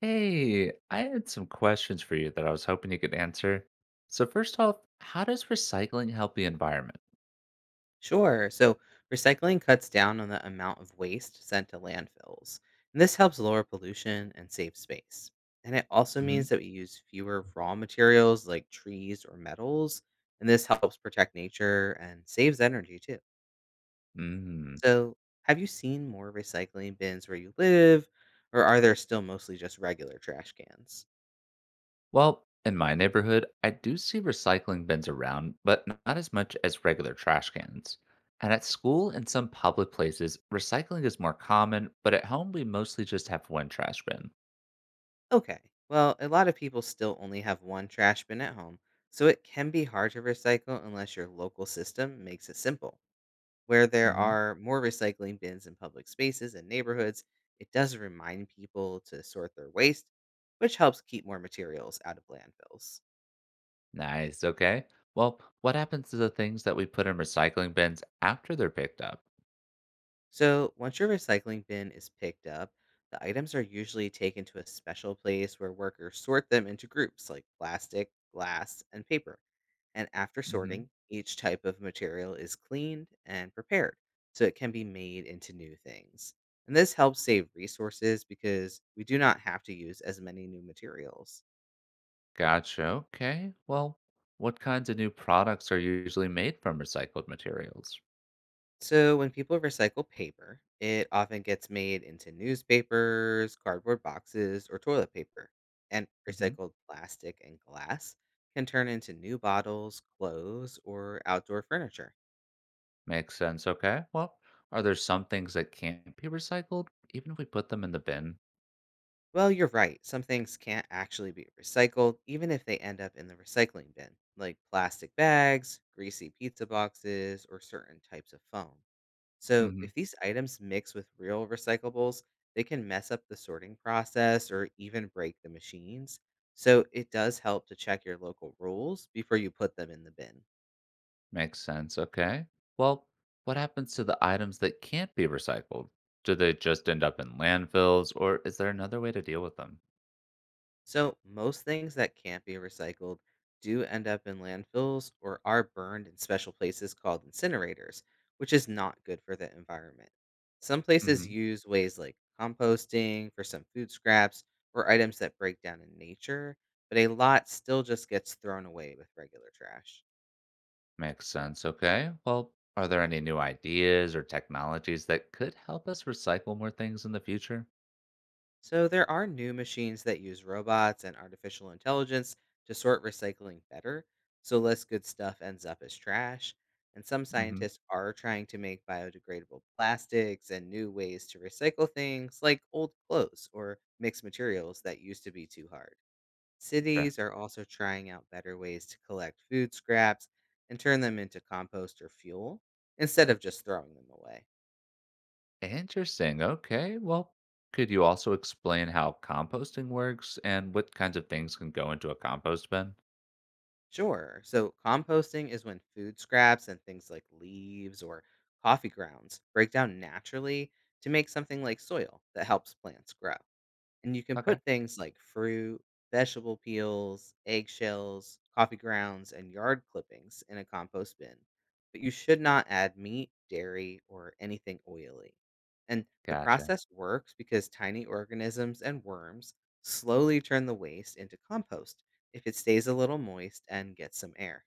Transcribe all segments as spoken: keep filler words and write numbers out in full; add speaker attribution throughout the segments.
Speaker 1: Hey, I had some questions for you that I was hoping you could answer. So first off, how does recycling help the environment?
Speaker 2: Sure. So recycling cuts down on the amount of waste sent to landfills. And this helps lower pollution and save space. And it also
Speaker 1: Hmm.
Speaker 2: means that we use fewer raw materials like trees or metals. And this helps protect nature and saves energy too.
Speaker 1: Hmm.
Speaker 2: So, have you seen more recycling bins where you live, or are there still mostly just regular trash cans?
Speaker 1: Well, in my neighborhood, I do see recycling bins around, but n- not as much as regular trash cans. And at school and some public places, recycling is more common, but at home we mostly just have one trash bin.
Speaker 2: Okay. Well, a lot of people still only have one trash bin at home, so it can be hard to recycle unless your local system makes it simple. Where there
Speaker 1: Hmm.
Speaker 2: are more recycling bins in public spaces and neighborhoods, it does remind people to sort their waste, which helps keep more materials out of landfills.
Speaker 1: Nice, okay. Well, what happens to the things that we put in recycling bins after they're picked up?
Speaker 2: So, once your recycling bin is picked up, the items are usually taken to a special place where workers sort them into groups like plastic, glass, and paper. And after
Speaker 1: Mm-hmm.
Speaker 2: sorting, each type of material is cleaned and prepared so it can be made into new things. And this helps save resources because we do not have to use as many new materials.
Speaker 1: Gotcha. Okay. Well, what kinds of new products are usually made from recycled materials?
Speaker 2: So when people recycle paper, it often gets made into newspapers, cardboard boxes, or toilet paper. And
Speaker 1: Hmm.
Speaker 2: recycled plastic and glass can turn into new bottles, clothes, or outdoor furniture.
Speaker 1: Makes sense. Okay. Well, are there some things that can't be recycled, even if we put them in the bin?
Speaker 2: Well, you're right. Some things can't actually be recycled, even if they end up in the recycling bin, like plastic bags, greasy pizza boxes, or certain types of foam. So,
Speaker 1: Hmm.
Speaker 2: if these items mix with real recyclables, they can mess up the sorting process or even break the machines. So, it does help to check your local rules before you put them in the bin.
Speaker 1: Makes sense. Okay. Well, what happens to the items that can't be recycled? Do they just end up in landfills, or is there another way to deal with them?
Speaker 2: So, most things that can't be recycled do end up in landfills or are burned in special places called incinerators, which is not good for the environment. Some places
Speaker 1: Hmm.
Speaker 2: use ways like composting for some food scraps or items that break down in nature, but a lot still just gets thrown away with regular trash.
Speaker 1: Makes sense. Okay. Well, are there any new ideas or technologies that could help us recycle more things in the future?
Speaker 2: So, there are new machines that use robots and artificial intelligence to sort recycling better, so less good stuff ends up as trash. And some
Speaker 1: Hmm.
Speaker 2: scientists are trying to make biodegradable plastics and new ways to recycle things like old clothes or mixed materials that used to be too hard.
Speaker 1: Sure.
Speaker 2: Cities are also trying out better ways to collect food scraps and turn them into compost or fuel instead of just throwing them away.
Speaker 1: Interesting. Okay. Well, could you also explain how composting works and what kinds of things can go into a compost bin?
Speaker 2: Sure. So composting is when food scraps and things like leaves or coffee grounds break down naturally to make something like soil that helps plants grow. And you can
Speaker 1: Okay.
Speaker 2: put things like fruit, vegetable peels, eggshells, coffee grounds, and yard clippings in a compost bin, but you should not add meat, dairy, or anything oily. And the
Speaker 1: Gotcha.
Speaker 2: process works because tiny organisms and worms slowly turn the waste into compost if it stays a little moist and gets some air.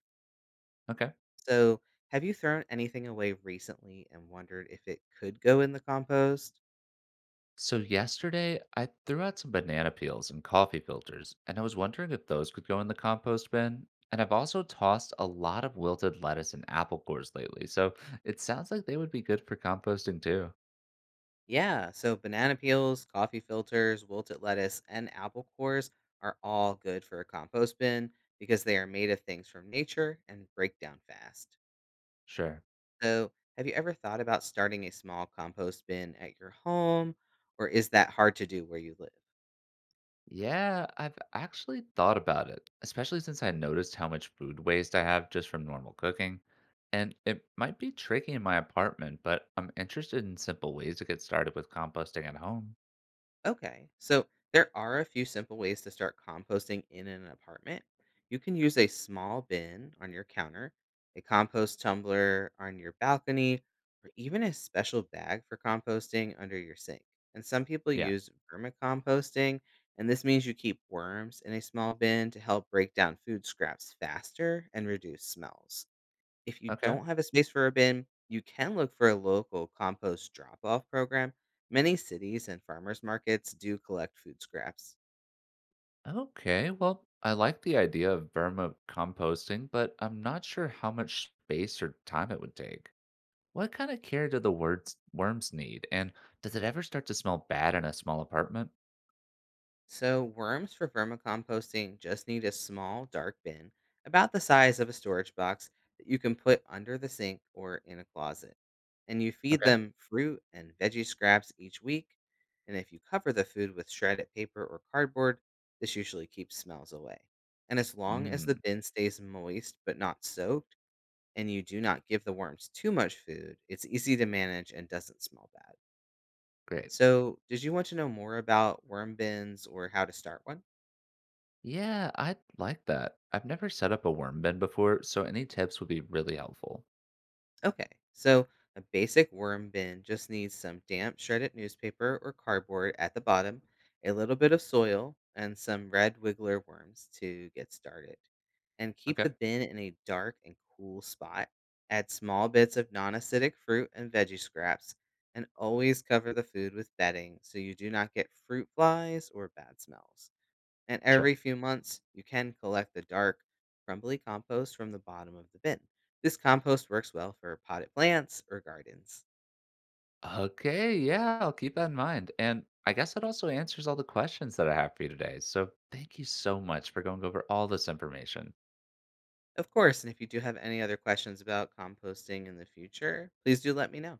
Speaker 1: Okay.
Speaker 2: So, have you thrown anything away recently and wondered if it could go in the compost?
Speaker 1: So, yesterday I threw out some banana peels and coffee filters, and I was wondering if those could go in the compost bin. And I've also tossed a lot of wilted lettuce and apple cores lately, so it sounds like they would be good for composting too.
Speaker 2: Yeah, so banana peels, coffee filters, wilted lettuce, and apple cores are all good for a compost bin because they are made of things from nature and break down fast.
Speaker 1: Sure.
Speaker 2: So, have you ever thought about starting a small compost bin at your home, or is that hard to do where you live?
Speaker 1: Yeah, I've actually thought about it, especially since I noticed how much food waste I have just from normal cooking. And it might be tricky in my apartment, but I'm interested in simple ways to get started with composting at home.
Speaker 2: Okay, so there are a few simple ways to start composting in an apartment. You can use a small bin on your counter, a compost tumbler on your balcony, or even a special bag for composting under your sink. And some people
Speaker 1: Yeah.
Speaker 2: use vermicomposting, and this means you keep worms in a small bin to help break down food scraps faster and reduce smells. If you
Speaker 1: Okay.
Speaker 2: don't have a space for a bin, you can look for a local compost drop off program. Many cities and farmers markets do collect food scraps.
Speaker 1: Okay. Well, I like the idea of vermicomposting, but I'm not sure how much space or time it would take. What kind of care do the words, worms need? And does it ever start to smell bad in a small apartment?
Speaker 2: So, worms for vermicomposting just need a small, dark bin about the size of a storage box that you can put under the sink or in a closet. And you feed
Speaker 1: Okay.
Speaker 2: them fruit and veggie scraps each week. And if you cover the food with shredded paper or cardboard, this usually keeps smells away. And as long as the
Speaker 1: Hmm.
Speaker 2: bin stays moist but not soaked, and you do not give the worms too much food, it's easy to manage and doesn't smell bad.
Speaker 1: Great.
Speaker 2: So, did you want to know more about worm bins or how to start one?
Speaker 1: Yeah, I'd like that. I've never set up a worm bin before, so any tips would be really helpful.
Speaker 2: Okay, so a basic worm bin just needs some damp shredded newspaper or cardboard at the bottom, a little bit of soil, and some red wiggler worms to get started. And keep the
Speaker 1: Okay,
Speaker 2: bin in a dark and cool spot. Add small bits of non acidic fruit and veggie scraps, and always cover the food with bedding so you do not get fruit flies or bad smells. And
Speaker 1: sure.
Speaker 2: every few months, you can collect the dark, crumbly compost from the bottom of the bin. This compost works well for potted plants or gardens.
Speaker 1: Okay, yeah, I'll keep that in mind. And I guess that also answers all the questions that I have for you today. So thank you so much for going over all this information.
Speaker 2: Of course, and if you do have any other questions about composting in the future, please do let me know.